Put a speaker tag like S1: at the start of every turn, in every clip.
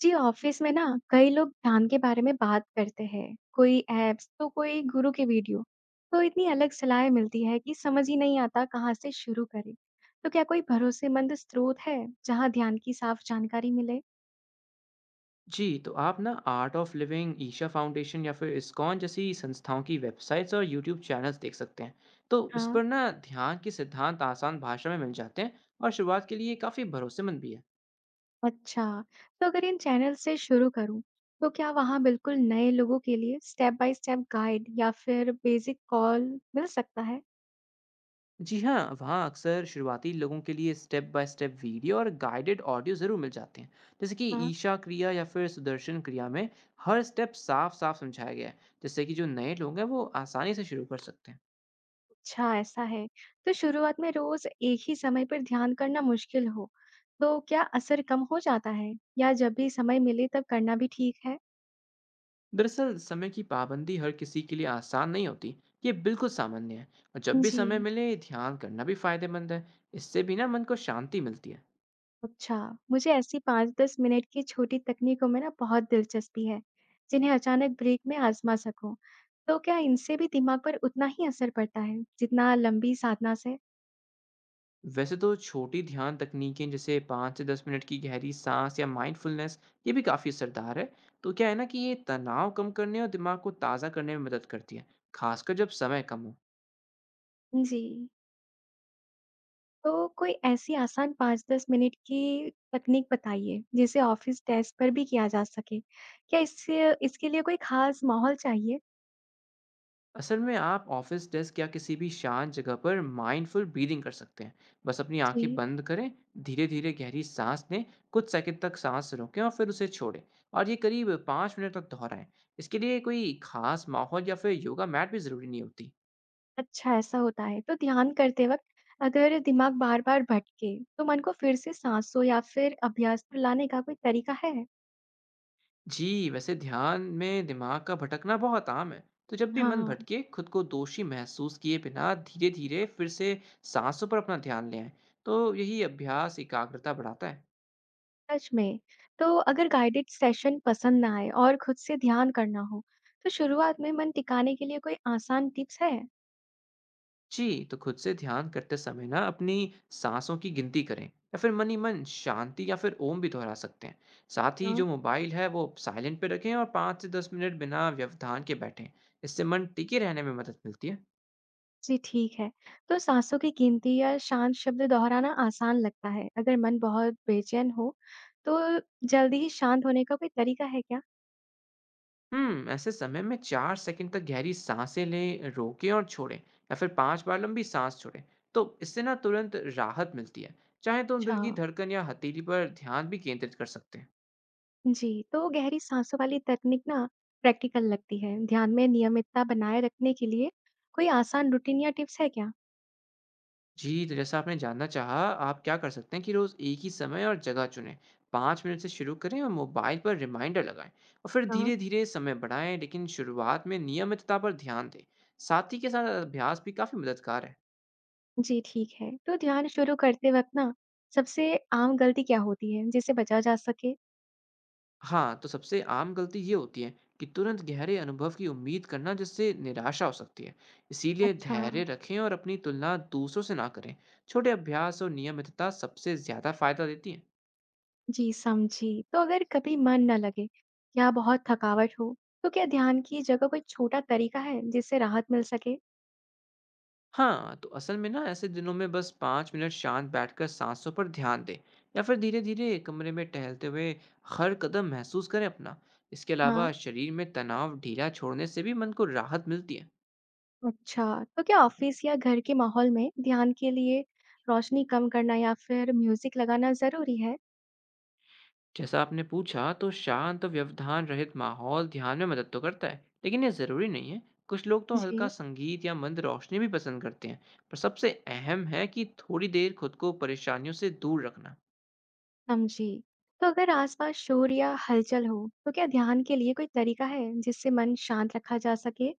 S1: जी, office में ना कई लोग ध्यान के बारे में बात करते हैं, कोई ऐप्स तो कोई गुरु के वीडियो। तो इतनी अलग सलाहें मिलती है कि समझ ही नहीं आता कहाँ से शुरू करें। तो क्या कोई भरोसेमंद स्रोत है जहाँ ध्यान की साफ जानकारी मिले?
S2: जी, तो आप ना Art of Living, Isha Foundation या फिर इस्कॉन जैसी संस्थाओं की वेबसाइट्स और यूट्यूब चैनल्स देख सकते हैं। तो इस
S1: हाँ,
S2: पर ना ध्यान के सिद्धांत आसान भाषा में मिल जाते हैं और शुरुआत के लिए काफ़ी भरोसेमंद भी है।
S1: अच्छा। तो अगर इन चैनल से शुरू करूँ, तो क्या वहाँ बिल्कुल नए लोगों के लिए स्टेप बाय स्टेप गाइड या फिर बेसिक कॉल मिल सकता है?
S2: जी हाँ, वहाँ अक्सर शुरुआती लोगों के लिए स्टेप बाय स्टेप वीडियो और गाइडेड ऑडियो ज़रूर मिल जाते हैं। जैसे कि
S1: हाँ।
S2: ईशा क्रिया या फिर सुदर्शन क्रिया में हर स्टेप साफ साफ समझाया गया है, जिससे कि जो नए लोग हैं वो आसानी से शुरू कर सकते हैं।
S1: अच्छा ऐसा है। तो शुरुआत में रोज एक ही समय पर ध्यान करना मुश्किल हो, तो क्या असर कम हो जाता है? या जब भी समय मिले तब करना भी ठीक है?
S2: दरअसल समय की पाबंदी हर किसी के लिए आसान नहीं होती। ये बिल्कुल सामान्य है। और जब भी समय
S1: जी,
S2: मिले ध्यान करना भी फायदेमंद है। इससे भी ना मन को शांति मिलती है।
S1: अच्छा। मुझे ऐसी 5-10 मिनट की छोटी तकनीकों में ना बहुत दिलचस्पी है, जिन्हें अचानक ब्रेक में आज़मा सकूँ। तो क्या इनसे भी दिमाग पर उतना ही असर पड़ता है, जितना लंबी साधना से?
S2: वैसे तो छोटी ध्यान तकनीकें जैसे 5 से 10 मिनट की गहरी सांस या माइंडफुलनेस, ये भी काफ़ी असरदार है। तो क्या है ना कि ये तनाव कम करने और दिमाग को ताज़ा करने में मदद करती है, खासकर जब समय कम हो।
S1: जी। तो कोई ऐसी आसान 5-10 मिनट की तकनीक बताइए, जिसे ऑफ़िस डेस्क पर भी किया जा सके। क्या इससे इसके लिए कोई ख़ास माहौल चाहिए?
S2: असल में आप ऑफिस डेस्क या किसी भी शांत जगह पर माइंडफुल ब्रीदिंग कर सकते हैं। बस अपनी आंखें
S1: जी।
S2: बंद करें, धीरे धीरे गहरी सांस लें, कुछ सेकंड तक सांस रोकें और फिर उसे छोड़ें। और ये करीब 5 मिनट तक दोहराएं। इसके लिए कोई खास माहौल या फिर योगा मैट भी ज़रूरी नहीं होती।
S1: अच्छा ऐसा होता है। तो ध्यान करते वक़्त अगर दिमाग बार-बार भटके, तो मन को फिर से साँसों या फिर अभ्यास पर लाने का कोई तरीका है?
S2: जी, वैसे ध्यान में दिमाग का भटकना बहुत आम है। तो जब भी मन
S1: हाँ।
S2: भटके, खुद को दोषी महसूस किए बिना धीरे धीरे फिर से सांसों पर अपना ध्यान ले आए। तो यही अभ्यास एकाग्रता बढ़ाता है।
S1: सच में। तो अगर गाइडेड सेशन पसंद ना आए और खुद से ध्यान करना हो, तो शुरुआत में मन टिकाने के लिए कोई आसान टिप्स है?
S2: जी, तो खुद से ध्यान करते समय ना अपनी सांसों की गिनती करें या फिर मन ही मन शांति या फिर ओम भी दोहरा सकते हैं। साथ ही जो मोबाइल है वो साइलेंट पे रखें और 5 से 10 मिनट बिना व्यवधान के बैठें। इससे मन टिके रहने में मदद मिलती है।
S1: जी, ठीक है। तो साँसों की गिनती या शांत शब्द दोहराना आसान लगता है। अगर मन बहुत बेचैन हो, तो जल्दी ही शांत होने का कोई तरीका है क्या?
S2: ऐसे समय में 4 सेकंड तक गहरी सांसें लें, रोकें और छोड़ें, या फिर 5 बार लंबी सांस छोड़ें। तो इससे ना तुरंत राहत मिलती है। चाहे तो
S1: अच्छा।
S2: दिल की धड़कन या हथेली पर ध्यान भी केंद्रित कर सकते हैं।
S1: जी, तो गहरी सांसों वाली तकनीक ना प्रैक्टिकल लगती है। ध्यान में नियमितता बनाए रखने के लिए कोई आसान रूटीन या टिप्स है क्या?
S2: जी, तो जैसा आपने जानना चाहा, आप क्या कर सकते हैं कि रोज़ एक ही समय और जगह चुनें। 5 मिनट से शुरू करें और मोबाइल पर रिमाइंडर लगाएँ और फिर
S1: हाँ।
S2: धीरे-धीरे समय बढ़ाएँ, लेकिन शुरुआत में नियमितता पर ध्यान दें। साथी के साथ अभ्यास भी काफ़ी मददगार है।
S1: जी, ठीक है। तो ध्यान शुरू करते वक़्त ना सबसे आम गलती क्या होती है, जिससे बचा जा सके?
S2: हाँ, तो सबसे आम गलती ये होती है कि तुरंत गहरे अनुभव की उम्मीद करना, जिससे निराशा हो सकती है। इसीलिए
S1: अच्छा।
S2: धैर्य रखें और अपनी तुलना दूसरों से ना करें। छोटे अभ्यास और नियमितता सबसे ज़्यादा फ़ायदा देती हैं।
S1: जी, समझी। तो अगर कभी मन न लगे या बहुत थकावट हो, तो क्या ध्यान की जगह कोई छोटा तरीका है जिससे राहत मिल सके?
S2: हाँ, तो असल में ना ऐसे दिनों में बस 5 मिनट शांत बैठकर साँसों पर ध्यान दें या फिर धीरे-धीरे कमरे में टहलते हुए हर कदम महसूस करें अपना। इसके अलावा
S1: हाँ।
S2: शरीर में तनाव ढीला छोड़ने से भी मन को राहत मिलती है।
S1: अच्छा, तो क्या ऑफिस या घर के माहौल में ध्यान के लिए रोशनी कम करना या फिर म्यूजिक लगाना जरूरी है?
S2: जैसा आपने पूछा तो शांत और व्यवधान रहित माहौल ध्यान में मदद तो करता है, लेकिन ये ज़रूरी नहीं है। कुछ लोग तो हल्का
S1: जी,
S2: संगीत या मंद रोशनी भी पसंद करते हैं, पर सबसे अहम है कि थोड़ी देर खुद को परेशानियों से दूर रखना।
S1: समझी। तो अगर आसपास शोर या हलचल हो, तो क्या ध्यान के लिए कोई तरीका है जिससे मन शांत रखा जा सके?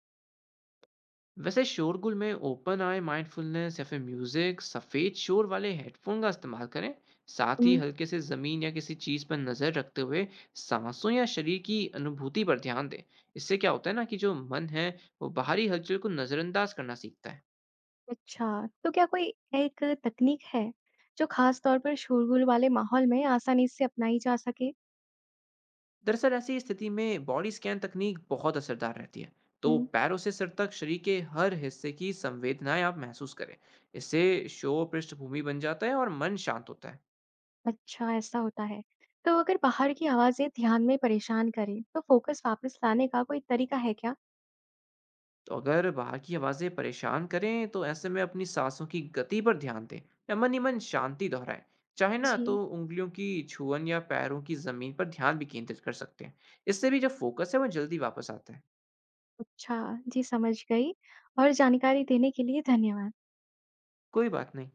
S2: वैसे शोरगुल में ओपन आई माइंडफुलनेस या फिर म्यूजिक सफेद शोर वाले हेडफोन का इस्तेमाल करें। साथ ही हल्के से जमीन या किसी चीज पर नजर रखते हुए सांसों या शरीर की अनुभूति पर ध्यान दें। इससे क्या होता है ना कि जो मन है वो बाहरी हलचल को नजरअंदाज करना सीखता है।
S1: अच्छा, तो क्या कोई एक तकनीक है जो खास तौर पर शोरगुल वाले माहौल में आसानी से अपनाई जा सके?
S2: दरअसल ऐसी स्थिति में बॉडी स्कैन तकनीक बहुत असरदार रहती है। तो
S1: हुँ,
S2: पैरों से सिर तक शरीर के हर हिस्से की संवेदनाएं आप महसूस करें। इससे शोर पृष्ठभूमि बन जाता है और मन शांत होता है।
S1: अच्छा ऐसा होता है। तो अगर बाहर की आवाज़ें ध्यान में परेशान करें, तो फोकस वापस लाने का कोई तरीका है क्या?
S2: तो अगर बाहर की आवाज़ें परेशान करें तो ऐसे में अपनी सांसों की गति पर ध्यान दें या मन ही मन शांति दोहराएं। चाहे ना
S1: जी,
S2: तो उंगलियों की छुअन या पैरों की जमीन पर ध्यान भी केंद्रित कर सकते हैं। इससे भी जो फोकस है वो जल्दी वापस आता है।
S1: अच्छा, जी समझ गई और जानकारी देने के लिए धन्यवाद।
S2: कोई बात नहीं।